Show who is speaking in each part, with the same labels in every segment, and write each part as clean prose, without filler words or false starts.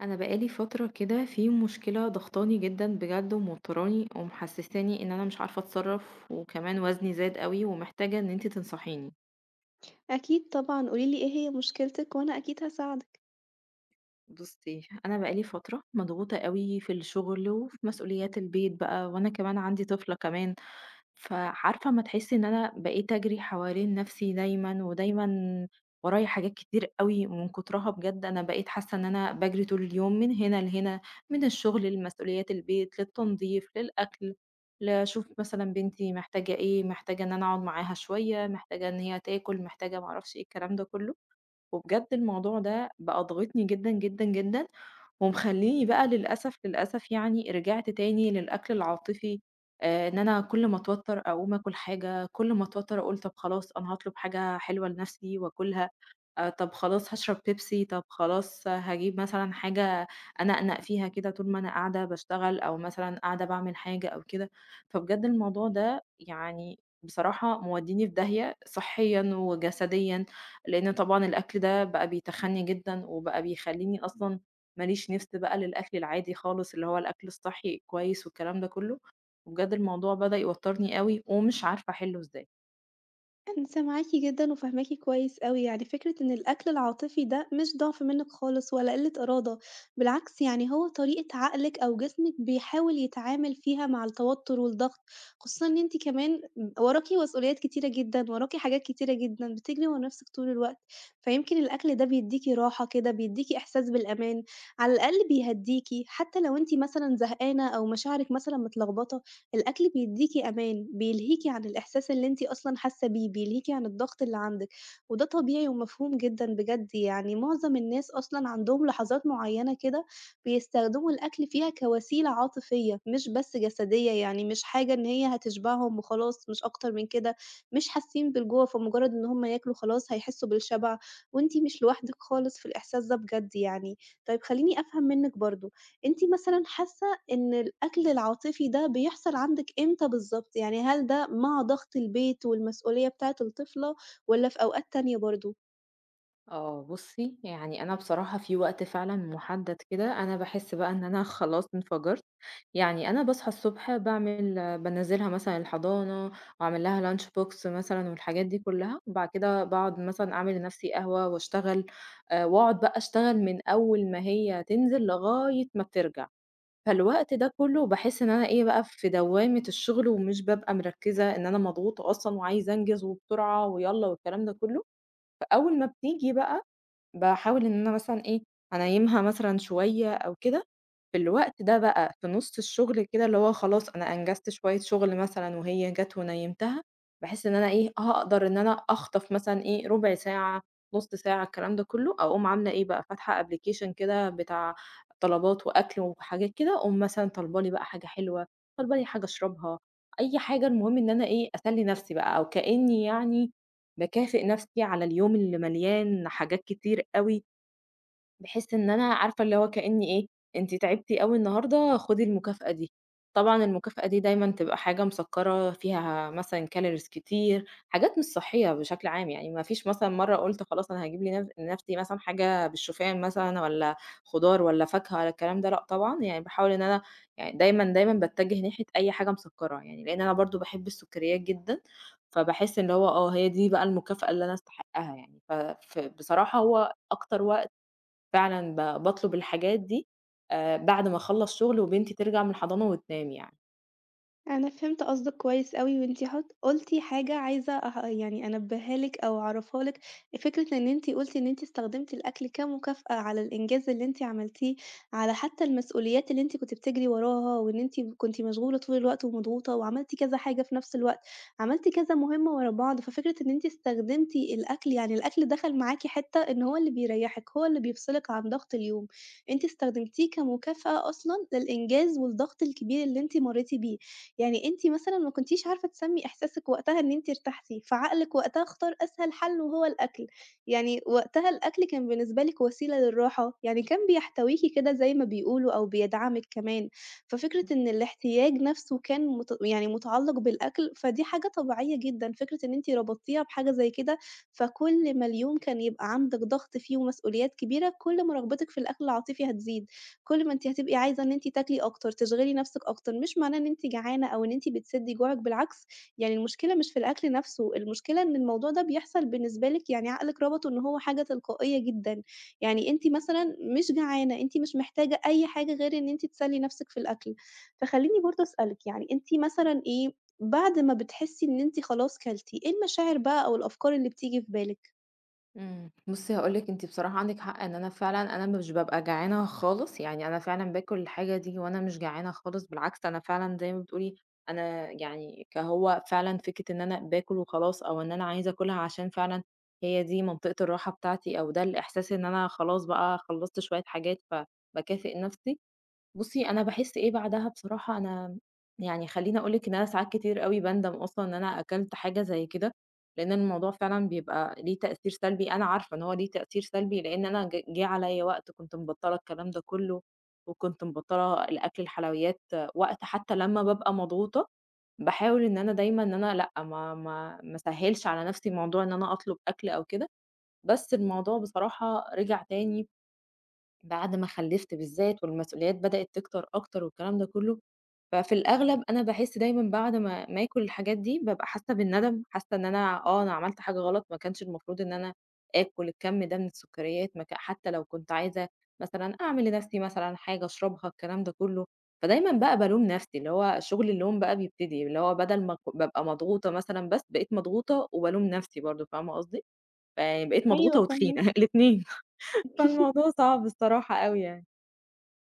Speaker 1: انا بقالي فتره كده في مشكله ضغطاني جدا بجد ومضطراني ومحسساني، ان انا مش عارفه اتصرف، وكمان وزني زاد قوي ومحتاجه ان انتي تنصحيني.
Speaker 2: أكيد طبعًا، قولي لي إيه هي مشكلتِك وأنا أكيد هاساعدِك.
Speaker 1: بُصّي، أنا بقى لي فترة مضغوطة أوي في الشغل، وفي مسؤوليات البيت بقى، وأنا كمان عندي طفلة كمان، فعارفة أمّا تحسّي إن أنا بقيت أجري حوالين نَفْسي دايمًا، ودايمًا ورايا حاجات كتير أوي، ومن كُترها بجد أنا بقيت حاسّة إن أنا باجري طول اليوم من هنا لهنا، من الشغل لمسؤوليات البيت، للتنضيف، للأكل، لأشوف مثلًا بنتي محتاجة إيه، محتاجة إن أنا أقعد معاها شوية، محتاجة إن هي تاكل، محتاجة ما أعرفش إيه، الكلام ده كُلّه. وبجد الموضوع ده بقى ضاغطني جدًا، جدًا، جدًا، ومخلّيني بقى للأسف، للأسف يعني رجعت تاني للأكل العاطفي، إن أنا كل ما أتوتّر أقوم آكل حاجة، كل ما أتوتّر أقول طَب خلاص أنا هاطلب حاجة حلوة لنفسي وآكلها، طَب خلاص هاشرب بيبسي، طَب خلاص هاجيب مثلًا حاجة أنقنق فيها كده طول ما أنا قاعدة باشتغل أو مثلًا قاعدة باعمل حاجة أو كده، فبجد الموضوع ده يعني بصراحة مودّيني في داهية صحيًا وجسديًا. لأن طبعًا الأكل ده بقى بيتخنّي جدًا، وبقى بيخلّيني أصلًا ما ليش نِفْس بقى للأكل العادي خالص، اللي هو الأكل الصحّي الكويس والكلام ده كلّه، وبجد الموضوع بدأ يوتّرني أوي ومش عارفة أحلّه إزاي.
Speaker 2: أنا سامعاكِ جدًا وفاهماكِ كويس أوي، يعني فكرة إن الأكل العاطفي ده مش ضعف منِّك خالص ولا قلة إرادة، بالعكس يعني هو طريقة عقلِك أو جسمِك بيحاول يتعامل فيها مع التوتر والضغط، خصوصًا إن أنتِ كمان وراكِ مسؤوليات كتيرة جدًا، وراكِ حاجات كتيرة جدًا، بتجري ورا نفسِك طول الوقت، فيمكن الأكل ده بيدّيكِ راحة كده، بيدّيكِ إحساس بالأمان، على الأقل بيهدّيكِ، حتى لو أنتِ مثلًا زهقانة أو مشاعرِك مثلًا متلخبطة. الأكل بيدّيكِ أمان، بيلهيكِ عن الإحساس اللي أنتِ أصلًا حاسة بيه، بيلهيكِ عن الضغط اللي عندِك، وده طبيعي ومفهوم جدًا بجد يعني، معظم الناس أصلًا عندهم لحظات معيّنة كده بيستخدموا الأكل فيها كوسيلة عاطفية، مش بس جسدية، يعني مش حاجة إن هي هتشبعهم وخلاص مش أكتر من كده، مش حاسين بالجوع فمجرد إن هُم ياكلوا خلاص هيحسوا بالشبع، وأنتِ مش لوحدِك خالص في الإحساس ده بجد يعني. طيب خلّيني أفهم منِّك برضه، أنتِ مثلًا حاسة إن الأكل العاطفي ده بيحصل عندِك إمتى بالضبط؟ يعني هل ده مع ضغط البيت والمسؤولية بتاعة الطفلة والّا في أوقات تانية برضه؟
Speaker 1: آه، بُصّي، يعني أنا بصراحة في وقت فعلًا مُحدّد كده أنا باحس بقى إن أنا خلاص انفجرت. يعني أنا باصحى الصبح بانزّلها مثلًا الحضانة، وأعمل لها lunch box مثلًا والحاجات دي كلّها، وبعد كده باقعد مثلًا أعمل لنفسي قهوة واشتغل، واقعد بقى أشتغل من أول ما هي تنزل لغاية ما بترجع، فالوقت ده كلّه باحس إن أنا إيه بقى في دوّامة الشغل ومش بابقى مركّزة إن أنا مضغوطة أصلًا وعايزة أنجز وبسرعة ويالّا والكلام ده كلّه، فأول ما بتيجي بقى باحاول إن أنا مثلًا إيه أنيّمها مثلًا شوية أو كده في الوقت ده بقى في نُص الشغل كده اللي هو خلاص أنا أنجزت شوية شغل مثلًا وهي جات ونيّمتها، بحيث إن أنا إيه، هاقدر إن أنا أخطف مثلًا إيه، ربع ساعة، نُص ساعة، الكلام ده كلّه، أقوم عاملة إيه بقى، فاتحة application كده بتاع طلبات وأكل وحاجات كده، أقوم مثلًا طالبة لي بقى حاجة حلوة، طالبة لي حاجة أشربها، أي حاجة المهم إن أنا إيه، أسلّي نَفْسي بقى أو كإنّي يعني باكافئ نَفْسي على اليوم اللي مليان حاجات كتير أوي بحيث إن أنا عارفة اللي هو كأني إيه، أنتِ تعبتِ أوي النهارده خدي المكافأة دي، طبعًا المكافأة دي دايمًا تبقى حاجة مسكّرة فيها مثلًا كالوريز كتير، حاجات مش صحية بشكل عام، يعني ما فيش مثلًا مرّة قُلت خلاص أنا هاجيب لنفسي مثلًا حاجة بالشوفان مثلًا والّا خضار والّا فاكهة والّا الكلام ده لأ طبعًا، يعني باحاول إن أنا يعني دايمًا، دايمًا باتجه ناحية أي حاجة مسكّرة يعني، لإن أنا برضه باحب السكريات جدًا، فباحس اللي هو هي دي بقى المكافأة اللي أنا أستحقها يعني، ف بصراحة هو أكتر وقت فعلًا باطلب الحاجات دي بعد ما أخلّص شغل وبنتي ترجع من الحضانة وتنام يعني.
Speaker 2: أنا فهمت قصدِك كويس أوي، وأنتِ قُلتِ حاجة عايزة أه يعني أنبّهها لِك أو أعرّفها لِك، فكرة إن أنتِ قُلتِ إن أنتِ استخدمتِ الأكل كمكافأة على الإنجاز اللي أنتِ عملتيه، على حتى المسؤوليات اللي أنتِ كنتِ بتجري وراها، وإن أنتِ كنتِ مشغولة طول الوقت ومضغوطة، وعملتِ كذا حاجة في نفس الوقت، عملتِ كذا مهمة ورا بعض، ففكرة إن أنتِ استخدمتِ الأكل يعني الأكل دخل معاكِ حتّة إن هو اللي بيريّحِك، هو اللي بيفصلِك عن ضغط اليوم، أنتِ استخدمتيه كمكافأة أصلًا للإنجاز والضغط الكبير اللي أنتِ مرّيتِ بيه. يعني أنتِ مثلًا ما كنتيش عارفة تسمّي إحساسِك وقتها إن أنتِ ارتحتِ، فعقلِك وقتها اختار أسهل حل وهو الأكل، يعني وقتها الأكل كان بالنسبة لِك وسيلة للراحة، يعني كان بيحتويكِ كده زي ما بيقولوا أو بيدعمِك كمان، ففكرة إن الاحتياج نفْسه كان يعني متعلق بالأكل، فدي حاجة طبيعية جدًا، فكرة إن أنتِ ربطتيها بحاجة زي كده، فكل ما اليوم كان يبقى عندِك ضغط فيه ومسؤوليات كبيرة، كل ما رغبتِك في الأكل العاطفي هتزيد. كل ما أنتِ هتبقي عايزة إن أنتِ تاكلي أكتر، تشغلي نَفْسِك أكتر، مش معناه إن أنتِ جعانة أو إن أنتِ بتسدّي جوعِك، بالعكس، يعني المشكلة مش في الأكل نَفْسه، المشكلة إن الموضوع ده بيحصل بالنسبة لِك يعني عقلِك ربطه إن هو حاجة تلقائية جدًا، يعني أنتِ مثلًا مش جعانة، أنتِ مش محتاجة أي حاجة غير إن أنتِ تسلّي نَفْسِك في الأكل. فخلّيني برضه أسألِك، يعني أنتِ مثلًا إيه، بعد ما بتحسّي إن أنتِ خلاص كلتِ، إيه المشاعر بقى أو الأفكار اللي بتيجي في بالِك؟
Speaker 1: بُصّي هاقول لِك أنتِ بصراحة عندِك حق إن أنا فعلًا أنا مش بابقى جعانة خالص، يعني أنا فعلًا باكل الحاجة دي وأنا مش جعانة خالص، بالعكس أنا فعلًا زي ما بتقولي أنا يعني كهو فعلًا فكرة إن أنا باكل وخلاص أو إن أنا عايزة آكلها عشان فعلًا هي دي منطقة الراحة بتاعتي أو ده الإحساس إن أنا خلاص بقى خلّصت شوية حاجات فباكافئ نفسي. بُصّي، أنا باحس إيه بعدها بصراحة أنا يعني خلّيني أقول لِك إن أنا ساعات كتير أوي باندم أصلًا إن أنا أكلت حاجة زي كده، لإن الموضوع فعلًا بيبقى ليه تأثير سلبي، أنا عارفة إن هو ليه تأثير سلبي لإن أنا جه عليّا وقت كنت مبطّلة الكلام ده كلّه، وكنت مبطّلة الأكل الحلويات وقت حتى لمّا بابقى مضغوطة، باحاول إن أنا دايمًا إن أنا لأ، ما أسهّلش على نَفْسي موضوع إن أنا أطلب أكل أو كده، بس الموضوع بصراحة رِجع تاني بعد ما خلّفت بالذات والمسؤوليات بدأت تكتر أكتر والكلام ده كلّه، ففي الأغلب أنا باحس دايمًا بعد ما آكل الحاجات دي بابقى حاسة بالندم، حاسة إن أنا أنا عملت حاجة غلط ما كانش المفروض إن أنا آكل الكَم ده من السكريات ما ك حتى لو كنت عايزة مثلًا أعمل لنفسي مثلًا حاجة أشربها الكلام ده كلّه، فدايمًا بقى بالوم نفسي، اللي هو شغل اللوم بقى بيبتدي، اللي هو بدل ما ك بابقى مضغوطة مثلًا بس بقيت مضغوطة وبالوم نفسي برضه فاهمة قصدي؟ فبقيت مضغوطة
Speaker 2: أيوه
Speaker 1: وتخينة
Speaker 2: فاهماكِ.
Speaker 1: الاتنين فالموضوع صعب الصراحة أوي يعني.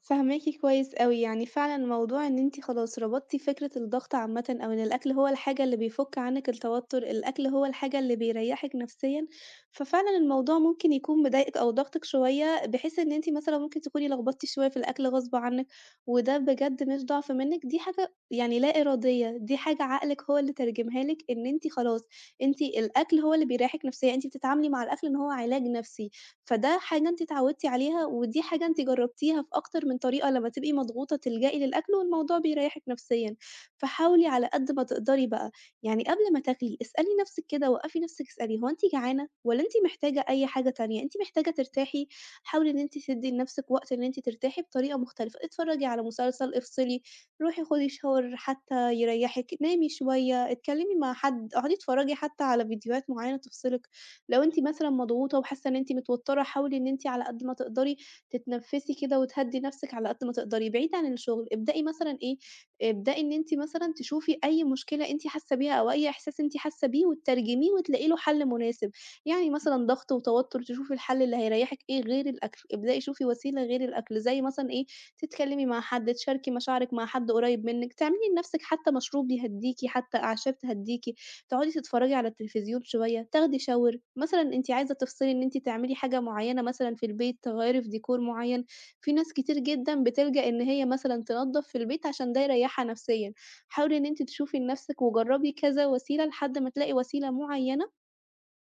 Speaker 2: فاهماكِ كويس أوي، يعني فعلًا موضوع إن أنتِ خلاص ربطتِ فكرة الضغط عامةً أو إن الأكل هو الحاجة اللي بيفُك عنِّك التوتُّر، الأكل هو الحاجة اللي بيريّحِك نفسيًا، ففعلًا الموضوع ممكن يكون مضايقِك أو ضاغطِك شوية، بحيث إن أنتِ مثلًا ممكن تكوني لخبطتِ شوية في الأكل غصب عنِّك، وده بجد مش ضعف منِّك، دي حاجة يعني لا إرادية، دي حاجة عقلِك هو اللي ترجمها لِك إن أنتِ خلاص، أنتِ الأكل هو اللي بيريّحِك نفسيًا، أنتِ بتتعاملي مع الأكل إن هو علاج نفسي. فده حاجة أنتِ اتعودتِ عليها، ودي حاجة أنتِ جرّبتيها في أكتر من طريقة لمّا تبقي مضغوطة تلجئي للأكل والموضوع بيريحِك نفسيًا، فحاولي على قد ما تقدري بقى يعني قبل ما تاكلي اسألي نفسِك كده، وقّفي نفسِك اسألي هو أنتِ جعانة والّا أنتِ محتاجة أي حاجة تانية؟ أنتِ محتاجة ترتاحي، حاولي إن أنتِ تدّي لنفسِك وقت إن أنتِ ترتاحي بطريقة مختلفة، اتفرّجي على مسلسل، افصلي، روحي خدي shower حتى يريحِك، نامي شوية، اتكلمي مع حد، اقعدي اتفرّجي حتى على فيديوهات معيّنة تفصلِك. لو أنتِ مثلًا مضغوطة وحاسة إن أنتِ متوترة، حاولي إن أنتِ على قد ما تقدري تتنفسي كده وتهدّي نفسِك على قد ما تقدري، بعيد عن الشغل. ابدئي مثلًا إيه، ابدئي إن أنتِ مثلًا تشوفي أي مشكلة أنتِ حاسة بيها أو أي إحساس أنتِ حاسة بيه وتترجميه وتلاقي له حل مناسب. يعني مثلًا ضغط وتوتر، تشوفي الحل اللي هيريحِك إيه غير الأكل، ابدئي شوفي وسيلة غير الأكل، زي مثلًا إيه، تتكلمي مع حد، تشاركي مشاعرك مع حد قريب منِّك، تعملي لنفسِك حتى مشروب يهدّيكِ، حتى أعشاب تهدّيكِ. تقعدي تتفرّجي على التلفزيون شوية، تاخدي shower مثلًا أنتِ عايزة تفصلي إن أنتِ تعملي حاجة معيّنة مثلًا في البيت، تغيّري في ديكور معيّن، في ناس كتير جدًا بتلجأ إن هي مثلًا تنضّف في البيت عشان ده يريّحها نفسيًا، حاولي إن أنتِ تشوفي لنفسِك وجرّبي كذا وسيلة لحد ما تلاقي وسيلة معيّنة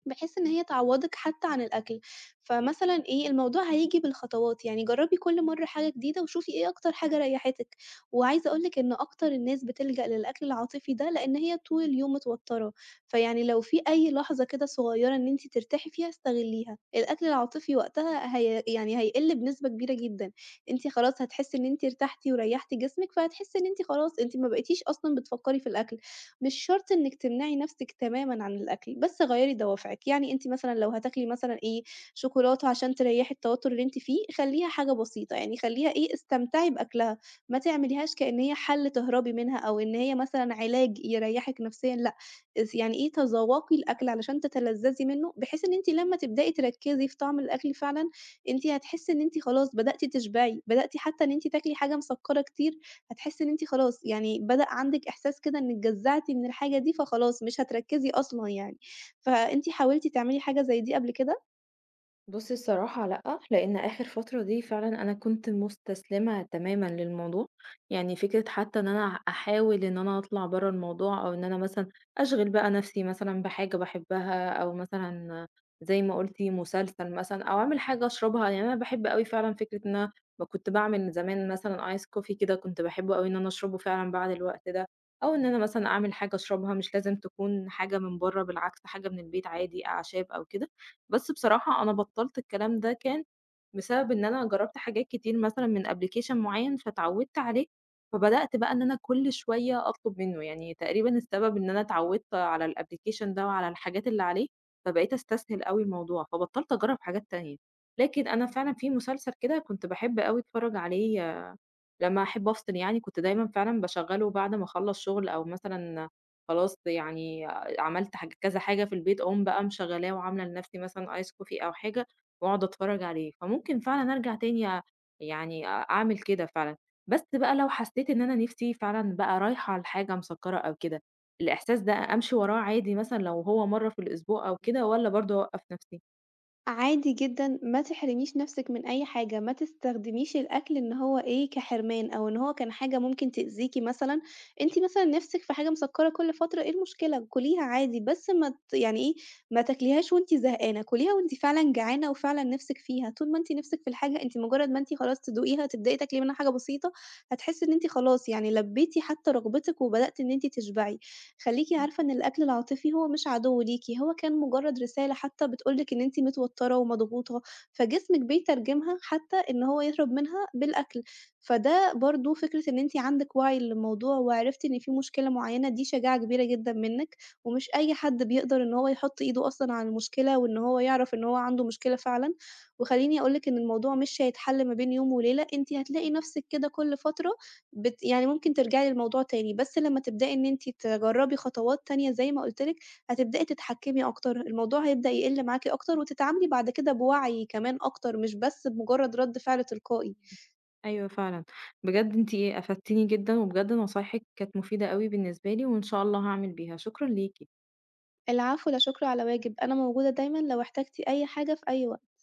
Speaker 2: بحيث إن هي تعوّضِك حتى عن الأكل، فمثلًا إيه، الموضوع هييجي بالخطوات، يعني جرّبي كل مرّة حاجة جديدة وشوفي إيه أكتر حاجة ريّحتِك، وعايزة أقول لِك إن أكتر الناس بتلجأ للأكل العاطفي ده، لإن هي طول اليوم متوتّرة، فيعني لو في أي لحظة كده صغيّرة إن أنتِ ترتاحي فيها استغلّيها، الأكل العاطفي وقتها هي يعني هيقِل بنسبة كبيرة جدًا، أنتِ خلاص هتحسّي إن أنتِ ارتحتِ وريّحتِ جسمِك، فهتحسّي إن أنتِ خلاص أنتِ ما بقيتيش أصلًا بتفكّري في الأكل. مش شرط إنِّك تمنعي نَفْسِك تمامًا عن الأكل، بس غيّري دوافعِك، يعني أنتِ مثلًا لو هتاكلي مثلًا إيه، شوكولاتة عشان تريّحي التوتُّر اللي أنتِ فيه، خلّيها حاجة بسيطة، يعني خلّيها إيه، استمتعي بأكلها، ما تعمليهاش كإن هي حَل تهربي منها أو إن هي مثلًا علاج يريّحِك نفسيًا لأ، يعني إيه، تذوّقي الأكل علشان تتلذّذي منّه، بحيث إن أنتِ لمّا تبدئي تركّزي في طعم الأكل فعلًا، أنتِ هتحسّي إن أنتِ خلاص بدأتِ تشبعي، بدأتِ حتّى إن أنتِ تاكلي حاجة مسكّرة كتير هتحسي إن أنتِ خلاص يعني بدأ عندِك إحساس كده إنِّك جزّعتِ من الحاجة دي، فخلاص مش هتركّزي أصلًا يعني. فأنتِ حاولتِ تعملي حاجة زي دي قبل كده؟
Speaker 1: بُصّي الصراحة لأ، لإن آخر فترة دي فعلًا أنا كنت مُستسلمة تمامًا للموضوع، يعني فكرة حتى إن أنا أحاول إن أنا أطلع برّه الموضوع أو إن أنا مثلًا أشغِل بقى نَفْسي مثلًا بحاجة باحبها أو مثلًا زي ما قُلتِ مسلسل مثلًا أو أعمل حاجة أشربها، يعني أنا باحب أوي فعلًا فكرة إن أنا كنت باعمل زمان مثلًا ice coffee كده كنت باحبه أوي إن أنا أشربه فعلًا بعد الوقت ده، أو إن أنا مثلًا أعمل حاجة أشربها مش لازم تكون حاجة من برّه بالعكس حاجة من البيت عادي أعشاب أو كده، بس بصراحة أنا بطّلت الكلام ده كان بسبب إن أنا جرّبت حاجات كتير مثلًا من application معيّن فاتعوّدت عليه، فبدأت بقى إن أنا كل شوية أطلب منّه، يعني تقريبًا السبب إن أنا اتعوّدت على الapplication ده وعلى الحاجات اللي عليه، فبقيت أستسهل أوي الموضوع، فبطّلت أجرّب حاجات تانية. لكن أنا فعلًا في مسلسل كده كنت باحب أوي أتفرّج عليه لمّا أحب أفصل يعني كنت دايمًا فعلًا باشغّله بعد ما أخلّص شغل أو مثلًا خلاص يعني عملت كذا حاجة في البيت، أقوم بقى مشغّلاه وعاملة لنفسي مثلًا ice coffee أو حاجة وأقعد أتفرّج عليه، فممكن فعلًا أرجع تاني يعني أعمل كده فعلًا. بس بقى لو حسّيت إن أنا نِفْسي فعلًا بقى رايحة لحاجة مسكّرة أو كده، الإحساس ده أمشي وراه عادي مثلًا لو هو مرّة في الأسبوع أو كده والّا برضه أوقّف نَفْسي؟
Speaker 2: عادي جدًا، ما تحرميش نَفْسِك من أي حاجة، ما تستخدميش الأكل إن هو إيه، كحرمان أو إن هو كان حاجة ممكن تأذيكِ مثلًا، أنتِ مثلًا نِفْسِك في حاجة مسكّرة كل فترة، إيه المشكلة؟ كُليها عادي، بس ما ت يعني إيه، ما تاكليهاش وأنتِ زهقانة، كُليها وأنتِ فعلًا جعانة وفعلًا نِفْسِك فيها، طول ما أنتِ نِفْسِك في الحاجة، أنتِ مجرّد ما أنتِ خلاص تدوقيها، تبدئي تاكلي منها حاجة بسيطة، هتحسّي إن أنتِ خلاص يعني لبّيتِ حتى رغبتِك وبدأتِ إن أنتِ تشبعي. خلّيكِ عارفة إن الأكل العاطفي هو مش عدو ليكِ، هو كان مجرّد رسالة حتى بتقول لِك إن أنتِ متوتّرة ومضغوطة، فجسمِك بيترجمها حتى إن هو يهرب منها بالأكل، فده برضه فكرة إن أنتِ عندِك وعي للموضوع وعرفتِ إن في مشكلة معيّنة دي شجاعة كبيرة جدًا منِّك، ومش أي حد بيقدر إن هو يحُط إيده أصلًا على المشكلة وإن هو يعرف إن هو عنده مشكلة فعلًا، وخلّيني أقول لِك إن الموضوع مش هيتحل ما بين يوم وليلة، أنتِ هتلاقي نَفْسِك كده كل فترة يعني ممكن ترجعي للموضوع تاني، بس لمّا تبدئي إن أنتِ تجرّبي خطوات تانية زي ما قُلت لِك، هتبدئي تتحكّمي أكتر، الموضوع هيبدأ يقِل معاكِ أكتر وتتعاملي بعد كده بوعي كمان أكتر، مش بس بمجرّد رَد فعل تلقائي.
Speaker 1: أيوه فعلًا، بجد أنتِ إيه، أفدتيني جدًا، وبجد نصايحِك كانت مفيدة أوي بالنسبة لي، وإن شاء الله هاعمل بيها، شكرًا ليكِ.
Speaker 2: العفو، لا شُكر على واجب، أنا موجودة دايمًا لو احتجتِ أي حاجة في أي وقت.